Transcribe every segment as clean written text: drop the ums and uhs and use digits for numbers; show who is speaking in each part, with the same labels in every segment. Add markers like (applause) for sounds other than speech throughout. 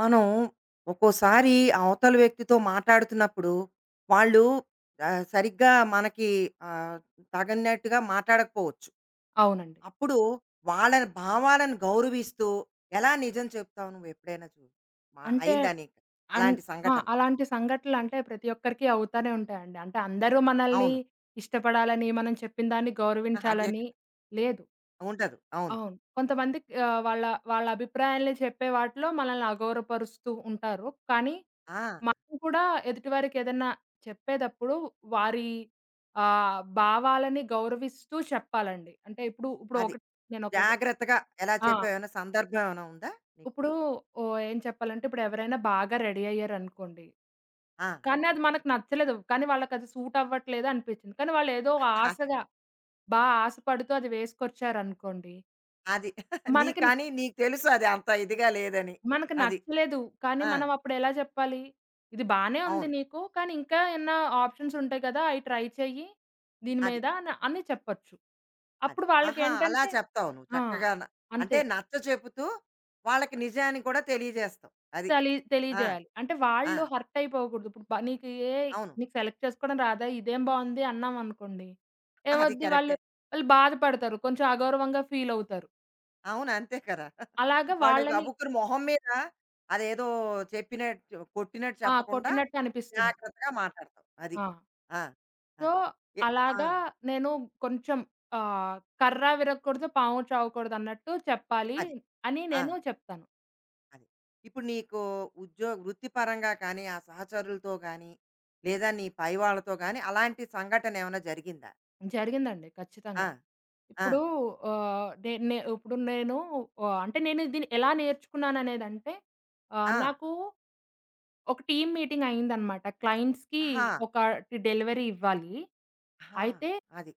Speaker 1: మనం ఒక్కోసారి అవతల వ్యక్తితో మాట్లాడుతున్నప్పుడు వాళ్ళు సరిగ్గా మనకి ఆ, తగినట్టుగా మాట్లాడకపోవచ్చు.
Speaker 2: అవునండి.
Speaker 1: అప్పుడు వాళ్ళ భావాలను గౌరవిస్తూ ఎలా నిజం చెప్తావు? నువ్వు ఎప్పుడైనా
Speaker 2: అంటే
Speaker 1: అయిందా నీకు
Speaker 2: అన్
Speaker 1: అలాంటి
Speaker 2: ఆ!
Speaker 1: సంఘటన?
Speaker 2: అలాంటి సంఘటనలంటే ప్రతి ఒక్కరికి అవుతానే ఉంటాయండి. అంటే అందరూ మనల్ని
Speaker 1: అవును.
Speaker 2: ఇష్టపడాలని, మనం చెప్పిన దాన్ని
Speaker 1: (laughs) ఆహా, అదే
Speaker 2: గౌరవించాలని
Speaker 1: కదా.
Speaker 2: లేదు.
Speaker 1: ఉండదు, అవును.
Speaker 2: అవును. కొంతమంది వాళ్ళ వాళ్ళ అభిప్రాయాల్ని చెప్పే వాటిలో మనల్ని అగౌరవపరుస్తూ ఉంటారు. కానీ
Speaker 1: ఆ,
Speaker 2: మనం కూడా ఎదుటి వారికి ఏదన్నా చెప్పేటప్పుడు వారి భావాలని గౌరవిస్తూ చెప్పాలండి. అంటే ఇప్పుడు ఇప్పుడు
Speaker 1: అది.
Speaker 2: ఒకటి నేను ఒక
Speaker 1: జాగ్రత్తగా ఎలా
Speaker 2: ఆ!
Speaker 1: చెప్పావు? ఏమైనా సందర్భం ఏమైనా ఉందా నీకు?
Speaker 2: ఇప్పుడు ఓ ఏం చెప్పాలంటే ఇప్పుడు ఎవరైనా బాగా రెడీ అయ్యారనుకోండి,
Speaker 1: ఆ,
Speaker 2: కానీ అది మనకు నచ్చలేదు. కానీ వాళ్ళకది సూట్ అవ్వట్లేదు అనిపిచ్చింది. కానీ వాళ్ళేదో
Speaker 1: ఆ,
Speaker 2: ఆశగా, ఆశపడుతూ అది వేసుకొచ్చారనుకోండి,
Speaker 1: అది. (laughs) నీ,
Speaker 2: మనకి
Speaker 1: కానీ నీకు తెలుసు అది అంత ఇదిగా లేదని.
Speaker 2: మనకి
Speaker 1: అది,
Speaker 2: నచ్చలేదు. కానీ
Speaker 1: ఆ,
Speaker 2: మనం అప్పుడెలా చెప్పాలి? ఇది బానే ఉంది
Speaker 1: అవును,
Speaker 2: నీకు, కానీ ఇంకా ఏమన్నా ఆప్షన్స్ ఉంటాయి కదా! అయి ట్రై చెయ్యి దీని
Speaker 1: అది.
Speaker 2: మీద అని అని చెప్పొచ్చు.
Speaker 1: అది.
Speaker 2: అప్పుడు
Speaker 1: ఆహా! అలా
Speaker 2: వాళ్ళకేంటంటే
Speaker 1: చెప్తావు నువ్వు
Speaker 2: ఆ!
Speaker 1: చక్కగాన. అంటే
Speaker 2: అంతే.
Speaker 1: నచ్చ చెబుతూ వాళ్ళకి నిజాన్ని కూడా తెలియజేస్తావు. అది. ఆ!
Speaker 2: తెలియజేయాలి. అంటే
Speaker 1: ఆ!
Speaker 2: వాళ్ళు హర్ట్ అయిపోకూడదు. ఇప్పుడు నీకు
Speaker 1: అవును.
Speaker 2: నీకు సెలెక్ట్ చేసుకోవడం రాదా? ఇదేం బావుంది అన్నామనుకోండి.
Speaker 1: అది
Speaker 2: ఏమవుద్ది
Speaker 1: కరెక్టే.
Speaker 2: వాళ్ళు, వాళ్ళు బాధపడతారు. కొంచెం అగౌరవంగా ఫీల్ అవుతారు.
Speaker 1: అవును. అంతే కదా!
Speaker 2: అలాగా
Speaker 1: (laughs) వాళ్ళు
Speaker 2: వాళ్ళని
Speaker 1: గబుక్కున మొహం మీద అదేదో చెప్పినట్టు కొట్టినట్టు చెప్పకుండా
Speaker 2: కొట్టినట్టు అనిపిస్తుంది.
Speaker 1: జాగ్రత్తగా మాట్లాడతావు. అది.
Speaker 2: ఆ!
Speaker 1: ఆ!
Speaker 2: సో,
Speaker 1: అది. ఎ ఆ!
Speaker 2: అలాగా నేను కొంచెం కర్ర విరగకూడదు, పాము చావకూడదన్నట్టు చెప్పాలి
Speaker 1: అది.
Speaker 2: అని
Speaker 1: ఆ!
Speaker 2: నేను చెప్తాను.
Speaker 1: అది. ఇప్పుడు నీకు ఉద్యోగ వృత్తిపరంగా కానీ, ఆ సహచరులతో గానీ, లేదా నీ పై వాళ్ళతో గానీ అలాంటి సంఘటన ఏమైనా జరిగిందా?
Speaker 2: జరిగిందండి
Speaker 1: ఆ!
Speaker 2: ఖచ్చితంగా.
Speaker 1: ఆ!
Speaker 2: ఇప్పుడు ఆహ్, నే నే ఇప్పుడు నేను అంటే నేను దీన్ని ఎలా నేర్చుకున్నాననేదంటే
Speaker 1: ఆ!
Speaker 2: నాకు ఒక టీమ్ మీటింగ్ అయిందనమాట. క్లయింట్స్‌కి
Speaker 1: ఆహా!
Speaker 2: ఒకటి డెలివరీ ఇవ్వాలి.
Speaker 1: ఆహా!
Speaker 2: అయితే
Speaker 1: అది.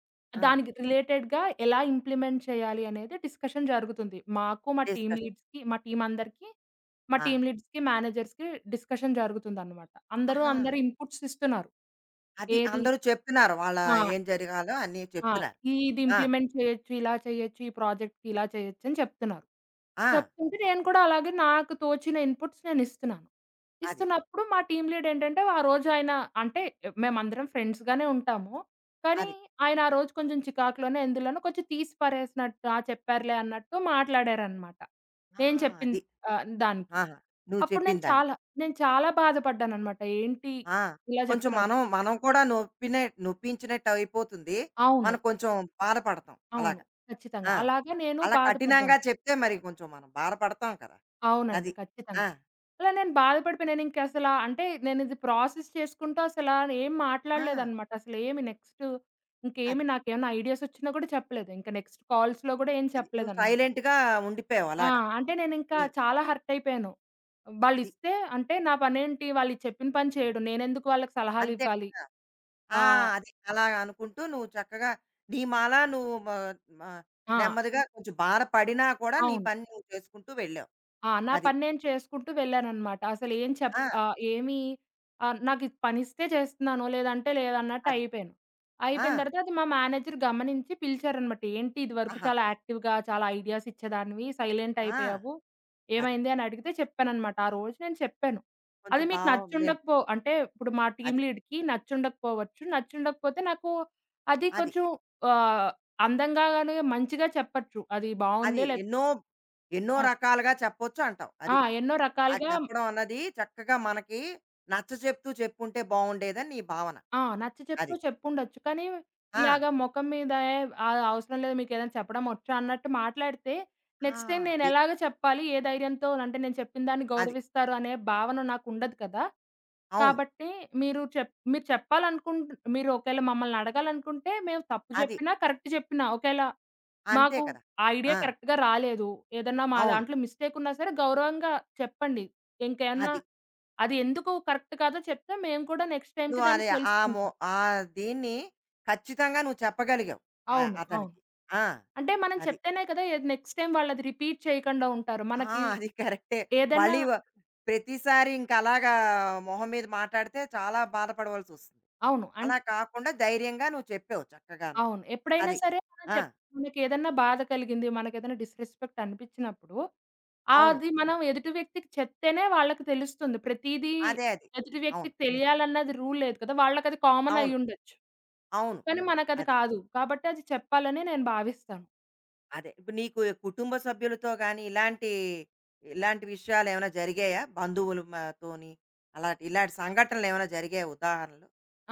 Speaker 1: ఆ!
Speaker 2: దానికి రిలేటెడ్‌గా ఎలా ఇంప్లిమెంట్ చేయాలి అనేది డిస్కషన్ జరుగుతుంది. మాకు మా టీమ్
Speaker 1: డిస్కషన్.
Speaker 2: లీడ్స్‌కి మా టీమ్ అందరికీ మా
Speaker 1: ఆ!
Speaker 2: టీమ్ లీడ్స్‌కి, మేనేజర్స్‌కి డిస్కషన్ జరుగుతుందనమాట. అందరూ
Speaker 1: ఆహా!
Speaker 2: అందరి ఇన్‌పుట్స్ ఇస్తున్నారు.
Speaker 1: అది,
Speaker 2: ఏది
Speaker 1: అందరూ చెప్తున్నారు. వాళ్ళ
Speaker 2: ఆ!
Speaker 1: ఏం జరగాలో అన్నీ
Speaker 2: ఆ!
Speaker 1: చెప్తున్నారు.
Speaker 2: ఇది
Speaker 1: ఆ!
Speaker 2: ఇంప్లిమెంట్ చేయొచ్చు, ఇలా చేయొచ్చు, ఈ ప్రాజెక్ట్‌కి ఇలా చేయొచ్చు అని చెప్తున్నారు.
Speaker 1: ఆ!
Speaker 2: చెప్తుంటే నేను కూడా అలాగే నాకు తోచిన ఇన్‌పుట్స్ నేను ఇస్తున్నాను.
Speaker 1: అది.
Speaker 2: ఇస్తున్నప్పుడు మా టీమ్ లీడ్ ఏంటంటే ఆ రోజు ఆయన అంటే మేమందరం ఫ్రెండ్స్‌గానే ఉంటాము. కానీ
Speaker 1: అది.
Speaker 2: ఆయన ఆ రోజు కొంచెం చికాకులోనే ఎందులోనో కొంచెం తీసి పరేసినట్టు చెప్పారులే అన్నట్టు మాట్లాడారనమాట.
Speaker 1: ఆ!
Speaker 2: నేను చెప్పిన
Speaker 1: అది.
Speaker 2: దానికి.
Speaker 1: ఆహా! నువ్వు
Speaker 2: అప్పుడు
Speaker 1: చెప్పిన దానికి.
Speaker 2: నేను చాలా బాధపడ్డాననమాట. ఏంటి
Speaker 1: ఆ!
Speaker 2: ఇలా
Speaker 1: కొంచెం
Speaker 2: చెప్తున్నారు.
Speaker 1: మనం కూడా నొప్పించినట్టు అయిపోతుంది.
Speaker 2: అవును.
Speaker 1: మనం కొంచెం బాధపడతాం
Speaker 2: అవును.
Speaker 1: అలాగా.
Speaker 2: ఖచ్చితంగా.
Speaker 1: ఆ!
Speaker 2: అలాగా నేను
Speaker 1: అలా కఠినంగా
Speaker 2: బాధపడ్డాను.
Speaker 1: చెప్తే మరి కొంచెం మనం బాధపడతాం కదా!
Speaker 2: అవునండి.
Speaker 1: అది. ఆ!
Speaker 2: ఖచ్చితంగా. అలా నేను బాధపడిపోయి నేనింకసలా అంటే నేనిది ప్రాసెస్ చేసుకుంటూ అసలా ఏం
Speaker 1: ఆ!
Speaker 2: మాట్లాడలేదనమాట. అసలేమి నెక్స్ట్ ఇంకేమి
Speaker 1: అది.
Speaker 2: నాకేమన్నా ఐడియాసొచ్చినా గూడా చెప్పలేదు. ఇంక నెక్స్ట్ కాల్స్‌లో గూడా ఏం
Speaker 1: అది. నువ్వు
Speaker 2: చెప్పలేదనమాట.
Speaker 1: సైలెంట్‌గా ఉండిపోయావు
Speaker 2: ఆ!
Speaker 1: అలాగా.
Speaker 2: అంటే నేనింకా
Speaker 1: నీ
Speaker 2: చాలా హర్టయిపోయాను.
Speaker 1: అది.
Speaker 2: వాళ్ళిస్తే అంటే నా పనేంటి? వాళ్ళు చెప్పిన పని చేయడం. నేనెందుకు వాళ్ళకి
Speaker 1: అంతే
Speaker 2: సలహాలివ్వాలి?
Speaker 1: కదా! ఆ!
Speaker 2: ఆహ్,
Speaker 1: అది. అలా అనుకుంటూ నువ్వు చక్కగా నీ మాల నువ్వు మ మ
Speaker 2: ఆ! ఆ,
Speaker 1: నెమ్మదిగా కొంచెం బాధ పడినా కూడా నీ
Speaker 2: అవును.
Speaker 1: పని నువ్వు చేసుకుంటూ వెళ్ళావు.
Speaker 2: నా
Speaker 1: అది.
Speaker 2: పని నేను చేసుకుంటూ వెళ్ళాననమాట. అసలేం చెప్
Speaker 1: ఆ!
Speaker 2: ఆహ్, ఏమి ఆహ్, నాకిది పనిస్తే చేస్తున్నాను. లేదంటే లేదన్నట్టు
Speaker 1: అది.
Speaker 2: అయిపోయాను.
Speaker 1: ఆ!
Speaker 2: అయిపోయిన తర్వాత అది మా మేనేజర్ గమనించి పిలిచారనమాట. "ఏంటి ఇదివరకు
Speaker 1: ఆహాహా!
Speaker 2: చాలా యాక్టివ్‌గా, చాలా ఐడియాస్ ఇచ్చేదానివి. సైలెంట్
Speaker 1: ఆ!
Speaker 2: అయిపోయావు.
Speaker 1: అది.
Speaker 2: ఏమైంది?" అని అడిగితే చెప్పాననమాట. ఆ రోజు నేను చెప్పాను.
Speaker 1: కొంచెం
Speaker 2: "అది మీకు
Speaker 1: బావ నేను
Speaker 2: నచ్చుండకపో" అంటే ఇప్పుడు మా టీమ్
Speaker 1: అది.
Speaker 2: లీడ్‌కి నచ్చుండకపోవచ్చు. నచ్చుండకపోతే నాకు అది
Speaker 1: అది.
Speaker 2: కొంచెం ఆహ్, అందంగాను, మంచిగా చెప్పొచ్చు. అది
Speaker 1: అది.
Speaker 2: బావుందే లేప్
Speaker 1: ఎన్నో, ఎన్నో
Speaker 2: ఆ!
Speaker 1: రకాలుగా చెప్పొచ్చు అంటావు.
Speaker 2: ఆ!
Speaker 1: అది.
Speaker 2: ఎన్నో
Speaker 1: అది
Speaker 2: రకాలుగా
Speaker 1: చెప్పడం అన్నది చక్కగా మనకి నచ్చచెప్తూ చెప్పుంటే బావుండేదని నీ భావన.
Speaker 2: నచ్చ
Speaker 1: అది.
Speaker 2: చెప్తూ చెప్పుండొచ్చు. కానీ
Speaker 1: ఆ!
Speaker 2: ఇలాగ మొఖం మీద " అది అవసరం లేదు మీకేదైనా చెప్పడం వచ్చా" అన్నట్టు మాట్లాడితే
Speaker 1: ఆ!
Speaker 2: నెక్స్ట్ టైమ్
Speaker 1: అది.
Speaker 2: నేనెలాగ చెప్పాలి? ధైర్యంతో అంటే నేను చెప్పిన దాన్ని
Speaker 1: అది.
Speaker 2: గౌరవిస్తారు అనే భావన నాకుండదు కదా!
Speaker 1: అవును.
Speaker 2: కాబట్టి మీరు చెప్ మీరు చెప్పాలనుకుంట్ మీరు ఒకేళ మమ్మల్ని అడగాలనుకుంటే మేము తప్పు
Speaker 1: అది.
Speaker 2: జెప్పినా, కరెక్ట్ జెప్పినా ఒకేళ
Speaker 1: అంతే
Speaker 2: మాకు
Speaker 1: కదా!
Speaker 2: ఆ ఐడియా
Speaker 1: ఆ!
Speaker 2: కరెక్ట్‌గా రాలేదు. ఏదన్నా మా
Speaker 1: అవును.
Speaker 2: దాంట్లో మిస్టేక్ ఉన్నా సరే గౌరవంగా చెప్పండి. ఇంకేమన్నా
Speaker 1: అది.
Speaker 2: అది ఎందుకు కరెక్ట్ కాదో చెప్తే మేము కూడా నెక్స్ట్ టైమ్‌కి
Speaker 1: నువ్వు
Speaker 2: దాన్ని
Speaker 1: అది, ఆ మొ,
Speaker 2: తెలుసుకుంటాం.
Speaker 1: ఆ దీన్ని ఖచ్చితంగా నువ్వు చెప్పగలిగావు. ఆహ్,
Speaker 2: అవును.
Speaker 1: అతనికి. ఆ!
Speaker 2: అంటే మనం
Speaker 1: అది.
Speaker 2: చెప్తేనే కదా! ఏది నెక్స్ట్ టైమ్ వాళ్ళది రిపీట్ చేయకుండా ఉంటారు.
Speaker 1: ఆ!
Speaker 2: మనకి
Speaker 1: అది కరెక్టే.
Speaker 2: ఏదన్నా
Speaker 1: మళ్ళీ వ ప్రతిసారి ఇంక అలాగా మొహం మీద మాటాడితే చాలా బాధపడవలసొస్తుంది.
Speaker 2: అవును. అన్
Speaker 1: అలా కాకుండా ధైర్యంగా నువ్వు చెప్పావు చక్కగాను.
Speaker 2: అవును. ఎప్పుడైనా
Speaker 1: అది.
Speaker 2: సరే మనం
Speaker 1: ఆ!
Speaker 2: చెప్ మనకేదన్నా బాధ కలిగింది, మనకేదన్నా డిస్‌రెస్పెక్ట్ అనిపించినప్పుడు,
Speaker 1: అవును.
Speaker 2: అది మనం ఎదుటి వ్యక్తికి చెప్తేనే వాళ్ళకి తెలుస్తుంది. ప్రతీదీ
Speaker 1: అదే అది.
Speaker 2: ఎదుటి
Speaker 1: అవును.
Speaker 2: వ్యక్తికి తెలియాలన్నది రూల్ లేదు కదా! వాళ్ళకది కామన్
Speaker 1: అవును.
Speaker 2: అయ్యుండొచ్చు.
Speaker 1: అవును.
Speaker 2: కానీ మనకది
Speaker 1: అది.
Speaker 2: కాదు. కాబట్టి అది చెప్పాలని నేను భావిస్తాను.
Speaker 1: అదే. ఇప్పుడు నీకు కుటుంబ సభ్యులతో గాని, ఇలాంటి ఇలాంటి విషయాలేమైనా జరిగాయా? బంధువులు మ తోని అలాంటి ఇలాంటి సంఘటనలేమైనా జరిగాయా, ఉదాహరణలు?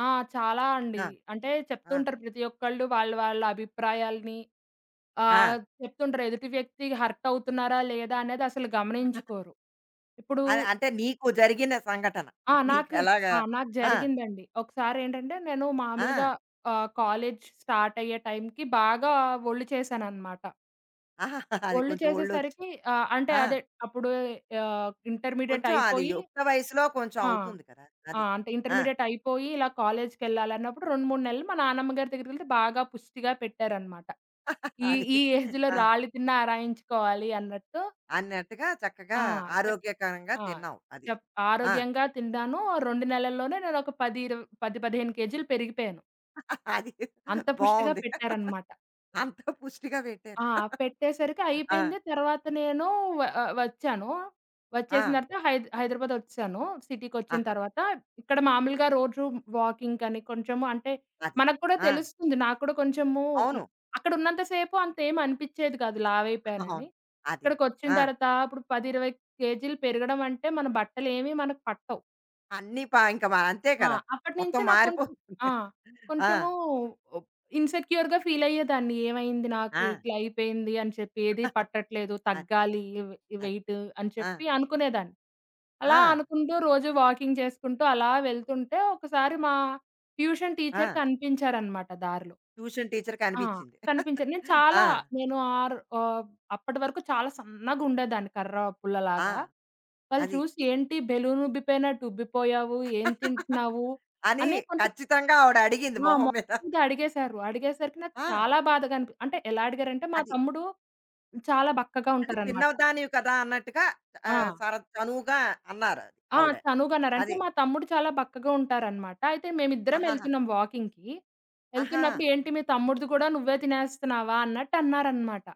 Speaker 2: ఆ! చాలా అండి.
Speaker 1: ఆ!
Speaker 2: అంటే చెప్తూ
Speaker 1: ఆ!
Speaker 2: ఉంటారు ప్రతి ఒక్కళ్ళు వాళ్ళ వాళ్ళ అభిప్రాయాల్ని
Speaker 1: ఆ!
Speaker 2: ఆహ్, చెప్తుంటారు ఎదుటి వ్యక్తి హర్ట్ అవుతున్నారా లేదా అనేది అసలు గమనించుకోరు. ఇప్పుడు
Speaker 1: అది, అంటే నీకు జరిగిన సంఘటన.
Speaker 2: ఆ! నాకు
Speaker 1: నీకెలాగా
Speaker 2: ఆ! నాకు
Speaker 1: ఆ!
Speaker 2: జరిగిందండి. ఒకసారేంటంటే నేను మామూలుగా
Speaker 1: ఆ!
Speaker 2: కాలేజ్ స్టార్ట్ అయ్యే టైంకి బాగా ఒళ్ళు చేశాననమాట.
Speaker 1: ఆహా! అది
Speaker 2: ఒళ్ళు
Speaker 1: కొంచెం ఒళ్ళొచ్చు.
Speaker 2: చేసేసరికి ఆహ్, అంటే
Speaker 1: ఆ!
Speaker 2: అదే అప్పుడు ఆహ్, ఇంటర్మీడియేట్
Speaker 1: కొంచెం అది
Speaker 2: అయిపోయి
Speaker 1: యుక్త వయసులో కొంచెం
Speaker 2: ఆ!
Speaker 1: అవుతుంది కదా!
Speaker 2: ఆ!
Speaker 1: అది.
Speaker 2: అంటే
Speaker 1: ఆ!
Speaker 2: ఇంటర్మీడియేట్ అయిపోయి ఇలా కాలేజ్‌కెళ్ళాలన్నప్పుడు 2, 3 నెలలు మా నాన్నమ్మ గారి దగ్గరికెళ్తే బాగా పుష్టిగా పెట్టారనమాట.
Speaker 1: (laughs)
Speaker 2: ఈ
Speaker 1: అది.
Speaker 2: ఈ ఏజ్‌లో
Speaker 1: ఆ!
Speaker 2: రాళ్ళు తిన్నా ఆరాయించుకోవాలి అన్నట్టు.
Speaker 1: అన్నట్టుగా చక్కగా
Speaker 2: ఆ! చెప్
Speaker 1: ఆరోగ్యకరంగా
Speaker 2: ఆ!
Speaker 1: తిన్నావు. అది.
Speaker 2: చెప్
Speaker 1: ఆ!
Speaker 2: ఆరోగ్యంగా తిన్నాను. 2 నెలల్లోనే నేనొక 10, 20 10, 15 కేజీలు పెరిగిపోయాను.
Speaker 1: (laughs) అది.
Speaker 2: అంత పుష్టిగా
Speaker 1: బావుంది.
Speaker 2: పెట్టారనమాట.
Speaker 1: అంత పుష్టిగా పెట్టారు.
Speaker 2: ఆ! పెట్టేసరికి
Speaker 1: ఆ!
Speaker 2: అయిపోయింది. తర్వాత నేను వచ్చాను.
Speaker 1: ఆ!
Speaker 2: వచ్చేసిన తర్వాత హైదరాబాద్ వచ్చేసాను. సిటీకొచ్చిన
Speaker 1: ఆహా!
Speaker 2: తర్వాత ఇక్కడ మామూలుగా రోజు వాకింగ్‌కని కొంచెము అంటే
Speaker 1: అది.
Speaker 2: మనకు కూడా
Speaker 1: ఆ!
Speaker 2: తెలుస్తుంది. నాకు కూడా కొంచెము ఇ
Speaker 1: అవును.
Speaker 2: అక్కడున్నంత సేపు అంతేం అనిపిచ్చేది కాదు
Speaker 1: అవును.
Speaker 2: లావైపోయానని.
Speaker 1: అది. అది.
Speaker 2: ఇక్కడికొచ్చిన
Speaker 1: ఆ!
Speaker 2: తర్వాత ఇప్పుడు 10, 20 కేజీలు పెరగడం అంటే మన బట్టలేమి మనకు పట్టవు.
Speaker 1: అన్నీ పా ఇంక మ అంతే
Speaker 2: ఆ!
Speaker 1: కదా! మొత్తం
Speaker 2: అప్పటినుంచే నాకు కొంచెం
Speaker 1: మారిపోతుంది.
Speaker 2: ఆ!
Speaker 1: ఆ!
Speaker 2: కొంచెము ఒప్ ఇన్‌సెక్యూర్‌గా ఫీలయ్యేదాన్ని. ఏమైంది నాకు
Speaker 1: ఆ!
Speaker 2: ఇట్లా అయిపోయింది అని చెప్పి, ఏది పట్టట్లేదు,
Speaker 1: అది.
Speaker 2: తగ్గాలి
Speaker 1: అది.
Speaker 2: వెయిట్ అని
Speaker 1: ఆ!
Speaker 2: చెప్పి అనుకునేదాన్ని. అలా
Speaker 1: ఆ!
Speaker 2: అనుకుంటూ రోజు వాకింగ్ చేసుకుంటూ అలా వెళ్తుంటే ఒకసారి మా ట్యూషన్ టీచర్
Speaker 1: ఆ!
Speaker 2: కనిపించారనమాట దారిలో.
Speaker 1: ట్యూషన్ టీచర్‌కి
Speaker 2: ఆ!
Speaker 1: అనిపించింది.
Speaker 2: కనిపించదు. నేను
Speaker 1: ఆ!
Speaker 2: చాలా నేను ఆర్ ఆహ్, అప్పటి వరకు చాలా సన్నగుండేదాన్ని కర్ర
Speaker 1: ఆ!
Speaker 2: పుల్లలాగా. వాళ్ళు
Speaker 1: అది.
Speaker 2: చూసి "ఏంటి బెలూన్ ఉబ్బిపోయినట్టు ఉబ్బిపోయావు, ఏం తింటున్నావు?"
Speaker 1: అని
Speaker 2: అని కొంచెం
Speaker 1: ఖచ్చితంగా ఆవిడ అడిగింది మొహం మీద.
Speaker 2: మొహమీద అడిగేశారు. అడిగేసరికి నాకు
Speaker 1: ఆ!
Speaker 2: చాలా బాధగా అనిపి అంటే ఎలా అడిగారంటే మా
Speaker 1: అది.
Speaker 2: తమ్ముడు చాలా బక్కగా
Speaker 1: అంటే
Speaker 2: ఉంటారనమాట.
Speaker 1: చిన్నదానివి కదా అన్నట్టుగా,
Speaker 2: ఆ!
Speaker 1: ఆహ్, సర చనువుగా అన్నారు, అది
Speaker 2: ఆ!
Speaker 1: ఆవిడ.
Speaker 2: చనువుగన్నారు. అంటే
Speaker 1: అది.
Speaker 2: మా తమ్ముడు చాలా బక్కగా ఉంటారనమాట. అయితే మేమిద్దరం
Speaker 1: ఆహాహా!
Speaker 2: ఎళ్తున్నాం వాకింగ్‌కి.
Speaker 1: ఆహా!
Speaker 2: ఎళ్తున్నప్పుడు "ఏంటి మీ తమ్ముడిది కూడా నువ్వే తినేస్తున్నావా?" అన్నట్టు అన్నారనమాట.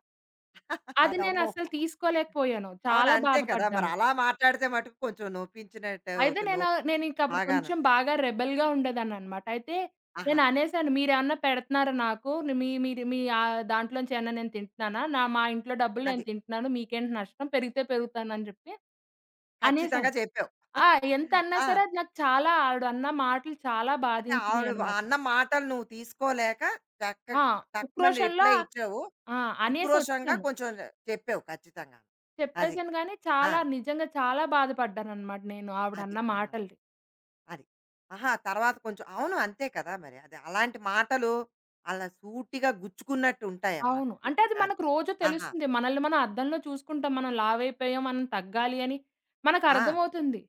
Speaker 2: అది
Speaker 1: అది, అమ్మో!
Speaker 2: నేనసలు తీసుకోలేకపోయాను.
Speaker 1: అవును.
Speaker 2: చాలా
Speaker 1: అంతే కదా! మరి
Speaker 2: బాధపడ్డాను.
Speaker 1: అలా మాట్లాడితే మటుకు కొంచెం నొప్పించినట్టే
Speaker 2: అయితే
Speaker 1: అవుతుంది. నొ
Speaker 2: నేనింక అప్పుడు
Speaker 1: బాగాను.
Speaker 2: కొంచెం బాగా రెబెల్‌గా ఉండేదాన్ననమాట. అయితే
Speaker 1: ఆహాహా!
Speaker 2: నేననేసాను, "మీరేమన్నా పెడుతున్నారా నాకు? మీ మీరు మీ ఆహ్, దాంట్లోంచి ఏమన్నా నేను తింటున్నానా? మా ఇంట్లో డబ్బులు
Speaker 1: అది.
Speaker 2: నేను తింటున్నాను. మీకేంటి నష్టం? పెరిగితే పెరుగుతానని" జెప్పి
Speaker 1: ఖచ్చితంగా
Speaker 2: అనేసాను.
Speaker 1: చెప్పావు.
Speaker 2: ఆ! ఎంతన్నా సరే
Speaker 1: ఆ!
Speaker 2: అది నాకు చాలా ఆవిడన్న మాటలు చాలా
Speaker 1: అంటే ఆవిడ
Speaker 2: బాధించినియనమాట.
Speaker 1: అన్న మాటలు నువ్వు తీసుకోలేక టక్క
Speaker 2: ఆ!
Speaker 1: టక్కుమని
Speaker 2: ఉక్రోషంలో
Speaker 1: రిప్లై ఇచ్చావు.
Speaker 2: ఆ!
Speaker 1: ఉక్రోషంగా
Speaker 2: అనేసొచ్చేసాను.
Speaker 1: కొంచెం చెప్పావు ఖచ్చితంగాను. అది.
Speaker 2: చెప్పేసాను గానీ
Speaker 1: ఆ!
Speaker 2: చాలా నిజంగా చాలా బాధపడ్డాననమాట నేను
Speaker 1: అది.
Speaker 2: ఆవిడన్న
Speaker 1: ఆ!
Speaker 2: మాటలకి.
Speaker 1: అది. ఆహా! తర్వాత కొంచెం అవును. అంతే కదా మరి. అది అలాంటి మాటలు అలా సూటిగా గుచ్చుకున్నట్టు ఉంటాయన్నమాట,
Speaker 2: అవును.
Speaker 1: అది.
Speaker 2: అంటే అది
Speaker 1: అది.
Speaker 2: మనకు రోజు
Speaker 1: ఆహా!
Speaker 2: తెలుస్తుంది. మనల్ని మనం అద్దంలో చూసుకుంటాం. మనం లావైపోయాం, మనం తగ్గాలి అని
Speaker 1: ఆ!
Speaker 2: మనకర్థమవుతుంది.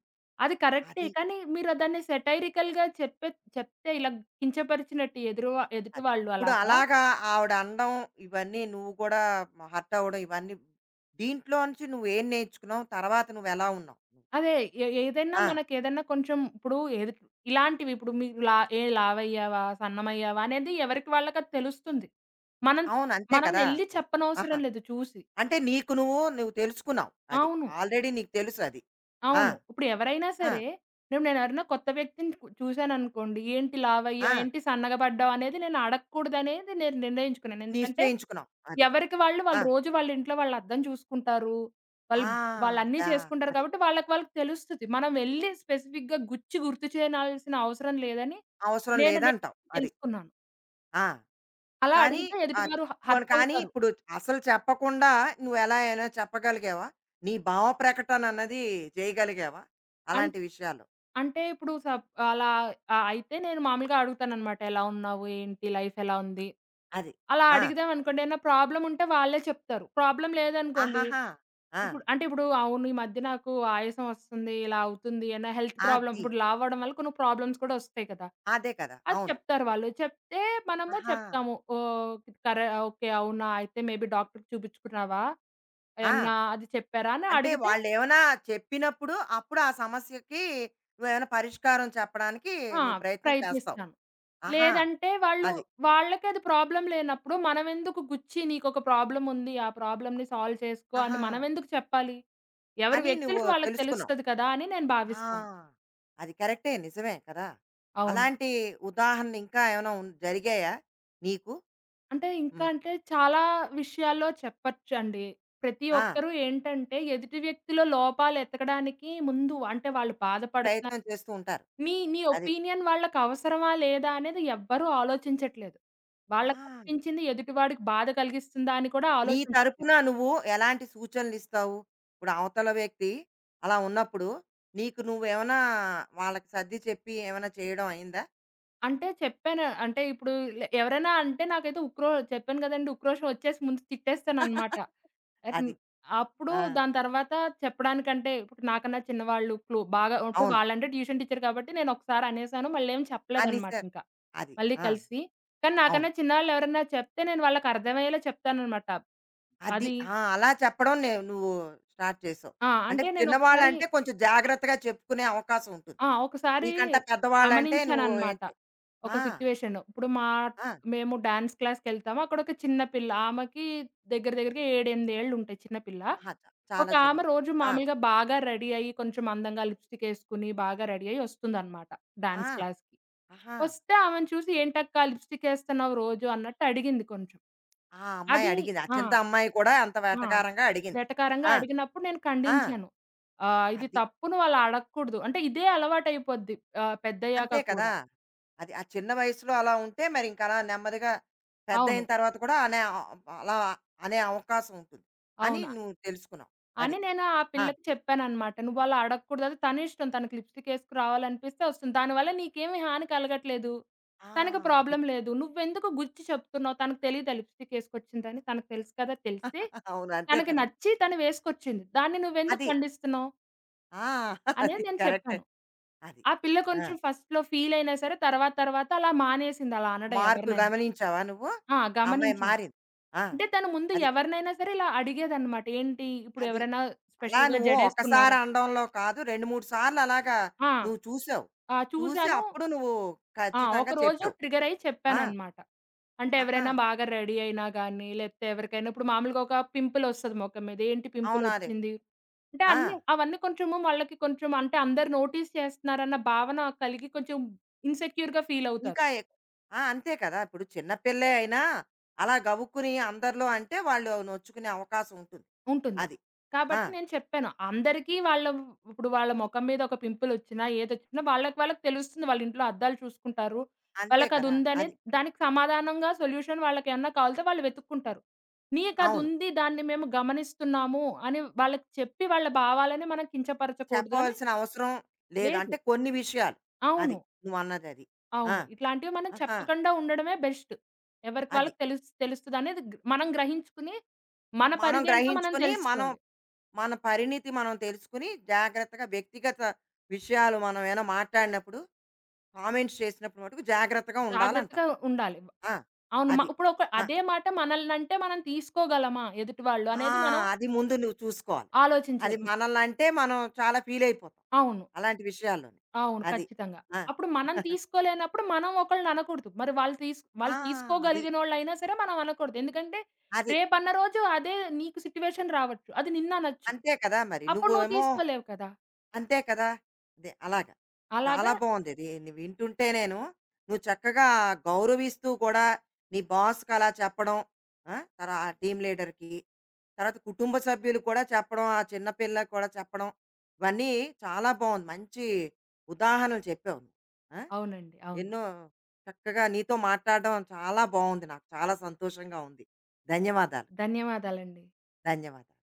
Speaker 2: అది కరెక్టే.
Speaker 1: అది.
Speaker 2: కానీ మీరు దాన్ని సెటైరికల్‌గా చెప్తే ఇలా కించపరిచినట్టు ఎదుటి
Speaker 1: అది.
Speaker 2: వాళ్ళు
Speaker 1: ఇప్పుడు
Speaker 2: అలాగా
Speaker 1: అలాగా ఆవిడ అనడం, ఇవన్నీ నువ్వు కూడా హర్ట్ అవ్వడం, ఇవన్నీ దీంట్లోంచి నువ్వేం నేర్చుకున్నావు? తర్వాత నువ్వెలా ఉన్నావు నువ్వు తర్వాత?
Speaker 2: అదే ఏ ఏదైనా
Speaker 1: ఆ!
Speaker 2: మనకేదన్నా కొంచెం ఇప్పుడు ఏది ఇలాంటివి ఇప్పుడు మీరు లా ఏ లావయ్యావా? సన్నమయ్యావా? అనేది ఎవరికి వాళ్ళకది తెలుస్తుంది. మనం
Speaker 1: అవును. అంతే
Speaker 2: మనం
Speaker 1: కదా!
Speaker 2: ఎళ్లి
Speaker 1: అది. ఆహా!
Speaker 2: చెప్పనవసరం లేదు చూసి.
Speaker 1: అంటే నీకు నువ్వు తెలుసుకున్నావు. అది.
Speaker 2: అవును.
Speaker 1: ఆల్రెడీ నీకు తెలుసు అది. ఆ!
Speaker 2: అవును. ఇప్పుడు ఎవరైనా
Speaker 1: ఆ!
Speaker 2: సరే, ఇప్పుడు నేనెవరైనా కొత్త వ్యక్తిని చూసాననుకోండి, ఏంటి
Speaker 1: ఆ!
Speaker 2: లావయ్యావు? ఏంటి సన్నగా పడ్డావు? అనేది నేను అడగకూడదనేది నేను నిర్ణయించుకున్నాను. ఎందుకంటే,
Speaker 1: నిశ్చయించుకున్నావు. అది.
Speaker 2: ఎవరికి వాళ్ళు,
Speaker 1: ఆ!
Speaker 2: వాళ్ళు రోజు వాళ్ళ ఇంట్లో వాళ్ళు అద్దం చూసుకుంటారు. వాళ్ళు
Speaker 1: ఆ!
Speaker 2: వాళ్ళన్నీ
Speaker 1: దా
Speaker 2: చేసుకుంటారు
Speaker 1: అది.
Speaker 2: కాబట్టి, వాళ్ళకి వాళ్ళకి తెలుస్తది. మనం వెళ్లి స్పెసిఫిక్‌గా గుచ్చి గుర్తు చేయాల్సిన అవసరం లేదని
Speaker 1: అవసరం
Speaker 2: నేను నే
Speaker 1: లేదంటావు. అది.
Speaker 2: తెలుసుకున్నాను.
Speaker 1: ఆ!
Speaker 2: అలా
Speaker 1: కానీ
Speaker 2: అడిగితే
Speaker 1: అది.
Speaker 2: ఎదుటివారు
Speaker 1: పోనీ
Speaker 2: హర్ట్
Speaker 1: కానీ
Speaker 2: అవుతారు.
Speaker 1: ఇప్పుడు అసలు చెప్పకుండా నువ్వెలా అయినా చెప్పగలిగావా? నీ భావ ప్రకటన అన్నది చేయగలిగావా?
Speaker 2: అన్
Speaker 1: అలాంటి విషయాల్లో?
Speaker 2: అంటే ఇప్పుడు సప్ అలా ఆహ్, అయితే నేను మామూలుగా అడుగుతాననమాట. ఎలా ఉన్నావు? ఏంటి? లైఫ్ ఎలా ఉంది?
Speaker 1: అది.
Speaker 2: అలా
Speaker 1: ఆ!
Speaker 2: అడిగుదామనుకోండి. ఏమన్నా ప్రాబ్లమ్ ఉంటే వాళ్ళే చెప్తారు. ప్రాబ్లమ్ లేదనుకోండి
Speaker 1: ఆహాహా! ఆ!
Speaker 2: ఇప్పుడు అంటే ఇప్పుడు అవును. ఈ మధ్య నాకు ఆయాసం వస్తుంది. ఇలా అవుతుంది అన్న హెల్త్ ప్రాబ్లమ్
Speaker 1: అది.
Speaker 2: ఇప్పుడు లావు అవ్వడం వల్ల కొన్ని ప్రాబ్లమ్స్ కూడా వస్తాయి కదా!
Speaker 1: అదే కదా!
Speaker 2: అది
Speaker 1: అవును.
Speaker 2: చెప్తారు వాళ్ళు. చెప్తే మనము
Speaker 1: ఆహా!
Speaker 2: చెప్తాము. ఓహ్! కర ఓకే. అవునా! అయితే మేబీ డాక్టర్‌కి చూపించుకున్నావా?
Speaker 1: ఆ!
Speaker 2: ఏమన్నా అది చెప్పారా? అని
Speaker 1: అంటే
Speaker 2: అడిగితే
Speaker 1: వాళ్ళేమైనా చెప్పినప్పుడు, అప్పుడు ఆ సమస్యకి నువ్వేమైనా పరిష్కారం చెప్పడానికి
Speaker 2: ఆ!
Speaker 1: నువ్వు ప్రయత్నం చేస్తావు.
Speaker 2: ప్రయత్నిస్తాను.
Speaker 1: ఆహా!
Speaker 2: లేదంటే వాళ్ళు
Speaker 1: అది.
Speaker 2: వాళ్ళకి అది ప్రాబ్లమ్ లేనప్పుడు మనమెందుకు గుచ్చి నీకొక ప్రాబ్లమ్ ఉంది. ఆ ప్రాబ్లమ్‌ని సాల్వ్ చేసుకో
Speaker 1: ఆహా!
Speaker 2: అని మనమెందుకు చెప్పాలి? ఎవరి
Speaker 1: అని నువ్వు
Speaker 2: వ్యక్తులకి వాళ్ళకి
Speaker 1: తెలుసుకున్నావు.
Speaker 2: తెలుస్తది కదా! అని నేను
Speaker 1: ఆ!
Speaker 2: భావిస్తాను.
Speaker 1: అది కరెక్టే. నిజమే కదా!
Speaker 2: అవును.
Speaker 1: అలాంటి ఉదాహరణలు ఇంకా ఏమైనా ఉన్ జరిగాయా నీకు? హ్మ్.
Speaker 2: అంటే చాలా విషయాల్లో చెప్పొచ్చండి. ప్రతి
Speaker 1: ఆ!
Speaker 2: ఒక్కరు ఏంటంటే ఎదుటి వ్యక్తిలో లోపాలు ఎతకడానికి ముందు అంటే వాళ్ళు బాధపడుతున్నారు
Speaker 1: ప్రయత్నం చేస్తూ ఉంటారు.
Speaker 2: నీ నీ
Speaker 1: అది.
Speaker 2: ఒపీనియన్ వాళ్ళకవసరమా? లేదా? అనేది ఎవ్వరూ ఆలోచించట్లేదు.
Speaker 1: ఆ!
Speaker 2: వాళ్ళకనిపించింది ఎదుటివాడికి బాధ కలిగిస్తుందా? అని కూడా
Speaker 1: నీ
Speaker 2: ఆలోచించట్లేదు.
Speaker 1: తరపున నువ్వు ఎలాంటి సూచనలిస్తావు? ఇప్పుడు అవతల వ్యక్తి అలా ఉన్నప్పుడు నీకు నువ్వేమైనా వాళ్ళకి సర్ది చెప్పి ఏమైనా చేయడం అయిందా?
Speaker 2: అంటే చెప్పాను అంటే ఇప్పుడు లే ఎవరైనా అంటే నాకైతే చెప్పాను కదండీ! ఉక్రోషం వచ్చేసి ముందు తిట్టేస్తాననమాట.
Speaker 1: (laughs)
Speaker 2: ఎన్
Speaker 1: అది.
Speaker 2: అప్పుడు
Speaker 1: ఆ!
Speaker 2: దాని తర్వాత చెప్పడానికంటే ఇప్పుడు నాకన్నా చిన్నవాళ్ళు బాగా ఉంటే
Speaker 1: అవును.
Speaker 2: వాళ్ళంటే ట్యూషన్ టీచర్ కాబట్టి నేనొకసారి అనేసాను. మళ్ళేం
Speaker 1: అన్ని
Speaker 2: చెప్పలేదనమాట
Speaker 1: సార్
Speaker 2: ఇంకా.
Speaker 1: అది.
Speaker 2: మళ్ళీ
Speaker 1: ఆ!
Speaker 2: కలిసి. కానీ
Speaker 1: అవును.
Speaker 2: నాకన్నా చిన్నవాళ్ళు ఎవరన్నా చెప్తే నేను వాళ్ళకి అర్థమయ్యేలా చెప్తాననమాట.
Speaker 1: అది.
Speaker 2: అది
Speaker 1: ఆ! అలా చెప్పడం నే నువ్వు స్టార్ట్ చేసావు.
Speaker 2: ఆ!
Speaker 1: అంటే
Speaker 2: అంటే నేనొకసారి
Speaker 1: చిన్నవాళ్ళంటే కొంచెం జాగ్రత్తగా చెప్పుకునే అవకాశం ఉంటుంది.
Speaker 2: ఆ! ఒకసారి
Speaker 1: నీకంట పెద్దవాళ్ళంటే నువ్వు
Speaker 2: గమనించాననమాట.
Speaker 1: ఏంటి.
Speaker 2: ఒక
Speaker 1: ఆ!
Speaker 2: సిట్యుయేషన్. ఇప్పుడు మా
Speaker 1: ఆ!
Speaker 2: మేము డాన్స్ క్లాస్‌కెళ్తాము. అక్కడొక చిన్న పిల్ల ఆమెకి దగ్గరగా 7, 8 ఏళ్లుంటాయి చిన్న పిల్ల.
Speaker 1: ఆహా! చ
Speaker 2: ఒక
Speaker 1: చాలా చిన్న
Speaker 2: ఆమె
Speaker 1: పిల్ల.
Speaker 2: రోజు
Speaker 1: ఆ!
Speaker 2: మామూలుగా బాగా రెడీ అయ్యి, కొంచెం అందంగా లిప్‌స్టికేసుకొని, బాగా రెడీ అయ్యి ఒస్తుందనమాట
Speaker 1: ఆ!
Speaker 2: డాన్స్ క్లాస్‌కి.
Speaker 1: ఆహా!
Speaker 2: ఒస్తే ఆమెను చూసి, "ఏంటక్కా లిప్‌స్టికేస్తున్నావు రోజు" అన్నట్టు అడిగింది కొంచెం.
Speaker 1: ఆ అమ్మాయి
Speaker 2: అది
Speaker 1: అడిగింది.
Speaker 2: ఆ!
Speaker 1: అచంత అమ్మాయి కూడా అంత
Speaker 2: ఆ!
Speaker 1: వెటకారంగా అడిగింది.
Speaker 2: వెటకారంగా
Speaker 1: ఆ!
Speaker 2: అడిగినప్పుడు నేను
Speaker 1: ఆ!
Speaker 2: ఖండించాను. "ఇది
Speaker 1: అది.
Speaker 2: తప్పు నువ్వలా అడగకూడదు." అంటే ఇదే అలవాటయిపోద్ది పెద్దయ్యాక
Speaker 1: అంతే కదా!
Speaker 2: కూడా.
Speaker 1: అది. ఆ చిన్న వయసులో అలా ఉంటే మరి ఇంక అలా నెమ్మదిగా
Speaker 2: అవును.
Speaker 1: పెద్దయిన తర్వాత కూడా అనే అలా అనే అవకాశం ఉంటుంది అని
Speaker 2: అవును.
Speaker 1: నువ్వు తెలుసుకున్నావు. అది.
Speaker 2: అని నేను ఆ
Speaker 1: ఆ!
Speaker 2: పిల్లకి చెప్పాననమాట. "నువ్వలా అడగకూడదు. అది తనిష్టం. తనకి లిప్‌స్టిక్ ఏసుకు రావాలనిపిస్తే వస్తుంది. దానివల్ల నీకేమి హాని కలగట్లేదు.
Speaker 1: ఆ!
Speaker 2: తనకి
Speaker 1: అది.
Speaker 2: ప్రాబ్లమ్ లేదు. నువ్వెందుకు గుచ్చి చెప్తున్నావు? తనకు తెలీదా లిప్‌స్టిక్ ఏసుకొచ్చిందని? తనకు తెలుసు కదా! తెలిసి
Speaker 1: (laughs) అవును. అంతే
Speaker 2: తనకి
Speaker 1: కదా!
Speaker 2: నచ్చి తను వేసుకొచ్చింది. దాన్ని నువ్వెందుకు
Speaker 1: అది.
Speaker 2: ఖండిస్తున్నావు?"
Speaker 1: ఆ! (laughs) అది
Speaker 2: అనేది నేను
Speaker 1: కరెక్టే.
Speaker 2: చెప్పాను.
Speaker 1: అది.
Speaker 2: ఆ పిల్ల
Speaker 1: ఆ!
Speaker 2: కొంచెం ఫస్ట్‌లో ఫీలయినా సరే తర్వాత తర్వాత అలా మానేసింది అలా అనడం
Speaker 1: మార్పు
Speaker 2: ఎవరినైనా.
Speaker 1: గమనించావా నువ్వు? ఆ అమ్మాయి
Speaker 2: గమనించాను.
Speaker 1: మారింది. ఆ!
Speaker 2: అంటే తను ముందు
Speaker 1: అది.
Speaker 2: ఎవరినైనా సరే ఇలా అడిగేదనమాట. "ఏంటి ఇప్పుడు
Speaker 1: అది.
Speaker 2: ఎవరైనా
Speaker 1: అలా
Speaker 2: స్పెషల్‌గా
Speaker 1: నువ్వు ఒక్కసారి
Speaker 2: జడేసుకున్నారా?"
Speaker 1: అనడంలో కాదు, 2, 3 సార్లు అలాగా
Speaker 2: ఆ!
Speaker 1: నువ్వు చూసావు.
Speaker 2: ఆ!
Speaker 1: చూసి
Speaker 2: చూసాను.
Speaker 1: అప్పుడు నువ్వు ఖచ్చితంగా
Speaker 2: ఒకరోజు
Speaker 1: చెప్పావు.
Speaker 2: ట్రిగ్గర్ అయ్యి
Speaker 1: ఆ!
Speaker 2: చెప్పాననమాట. అంటే
Speaker 1: ఆహా!
Speaker 2: ఎవరైనా బాగా రెడీ అయినా గాని, లేపోతే ఎవరికైనా ఇప్పుడు మామూలుగా ఒక పింపులొస్తది మొఖం మీద. ఏంటి
Speaker 1: అవునా! అదే.
Speaker 2: పింపులొచ్చింది? అంటే
Speaker 1: ఆ!
Speaker 2: అవన్నీ కొంచెము వాళ్ళకి కొంచెం అంటే అందరూ నోటీస్ చేస్తున్నారన్న భావన కలిగి కొంచెం ఇన్‌సెక్యూర్‌గా ఫీలవుతారు.
Speaker 1: ఇంకా ఎక్ ఆ! అంతే కదా! ఇప్పుడు చిన్న పిల్లే అయినా అలా గవుక్కుని అందరిలో అంటే వాళ్ళు నొచ్చుకునే అవకాశం ఉంటుంది.
Speaker 2: ఉంటుంది.
Speaker 1: అది. ఆ!
Speaker 2: కాబట్టి నేను చెప్పాను. అందరికీ వాళ్ళ ఇప్పుడు వాళ్ళ మొఖం మీద ఒక పింపులొచ్చినా, ఏదొచ్చినా వాళ్ళకి వాళ్ళకి తెలుస్తుంది. వాళ్ళ ఇంట్లో అద్దాలు చూసుకుంటారు.
Speaker 1: అంతే కదా!
Speaker 2: వాళ్ళకదుందని
Speaker 1: అది.
Speaker 2: దానికి సమాధానంగా సొల్యూషన్ వాళ్ళకేమన్నా కావాలితే వాళ్ళు వెతుక్కుంటారు.
Speaker 1: అవును.
Speaker 2: నీకదుంది దాన్ని మేము గమనిస్తున్నాము అని వాళ్ళకి చెప్పి వాళ్ళ భావాలని మనం కించపరచకూడదు అని
Speaker 1: చెప్పవలసిన అవసరం లేదు.
Speaker 2: లేదు.
Speaker 1: అంటే కొన్ని విషయాలు. అది.
Speaker 2: అవును.
Speaker 1: నువ్వన్నదది. ఆ!
Speaker 2: అవును. ఇట్లాంటివి మనం
Speaker 1: ఆహా!
Speaker 2: చెప్పకుండా ఉండడమే బెస్ట్. ఎవరికి
Speaker 1: అది.
Speaker 2: వాళ్ళకి తెలుస్తదనేది మనం గ్రహించుకుని, మన
Speaker 1: మనం
Speaker 2: పరిధేంటో మనం
Speaker 1: గ్రహించుకొని, మనం
Speaker 2: తెలుసుకోవాలి.
Speaker 1: మన పరిణితి మనం తెలుసుకొని, జాగ్రత్తగా వ్యక్తిగత విషయాలు మనం ఏమైనా మాట్లాడినప్పుడు, కామెంట్స్ చేసినప్పుడు మటుకు జాగ్రత్తగా ఉండాలంటావు.
Speaker 2: జాగ్రత్తగా ఉండాలి.
Speaker 1: ఆ!
Speaker 2: అవును.
Speaker 1: అది.
Speaker 2: ఇప్పుడు ఒక
Speaker 1: ఆ!
Speaker 2: అదే మాట మనల్నంటే మనం తీసుకోగలమా ఎదుటి వాళ్ళు
Speaker 1: ఆ!
Speaker 2: అనేది మనం
Speaker 1: అది ముందు నువ్వు చూసుకోవాలి. అది
Speaker 2: ఆలోచించాలి. హ్మ్.
Speaker 1: మనల్నంటే మనం చాలా ఫీలయిపోతాం
Speaker 2: అవును.
Speaker 1: అలాంటి విషయాల్లోని.
Speaker 2: అవును.
Speaker 1: అది.
Speaker 2: ఖచ్చితంగా.
Speaker 1: ఆ!
Speaker 2: అప్పుడు మనం
Speaker 1: (laughs)
Speaker 2: తీసుకోలేనప్పుడు మనం ఒకళ్ళని అనకూడదు. మరి వాళ్ళు తీస్
Speaker 1: ఆ!
Speaker 2: వాళ్ళు
Speaker 1: అది.
Speaker 2: తీసుకోగలిగినోళ్ళైనా సరే మనం అనకూడదు. ఎందుకంటే
Speaker 1: అది.
Speaker 2: రేపన్న రోజు అదే నీకు సిట్యుయేషన్ రావచ్చు. అది నిన్ను అనొచ్చు.
Speaker 1: అంతే కదా మరి.
Speaker 2: అప్పుడు నువ్వు
Speaker 1: నువ్వేమో
Speaker 2: తీసుకోలేవు కదా!
Speaker 1: అంతే కదా! అదే అలాగా. చాలా
Speaker 2: అలాగా
Speaker 1: బావుంది ఇది. ని వింటుంటే నేను, నువ్వు చక్కగా గౌరవిస్తూ కూడా నీ బాస్‌కి అలా చెప్పడం. ఆ! తర ఆ టీమ్ లీడర్‌కి, తర్వాత కుటుంబ సభ్యులు కూడా చెప్పడం, ఆ చిన్న పిల్లకి కూడా చెప్పడం, ఇవన్నీ చాలా బావుంది. మంచి ఉదాహరణలు చెప్పావు నువ్వు. ఆ!
Speaker 2: అవునండి. అవును.
Speaker 1: ఎన్నో చక్కగా నీతో మాట్లాడడం చాలా బావుంది నాకు. చాలా సంతోషంగా ఉంది. ధన్యవాదాలు.
Speaker 2: ధన్యవాదాలండి.
Speaker 1: ధన్యవాదాలు.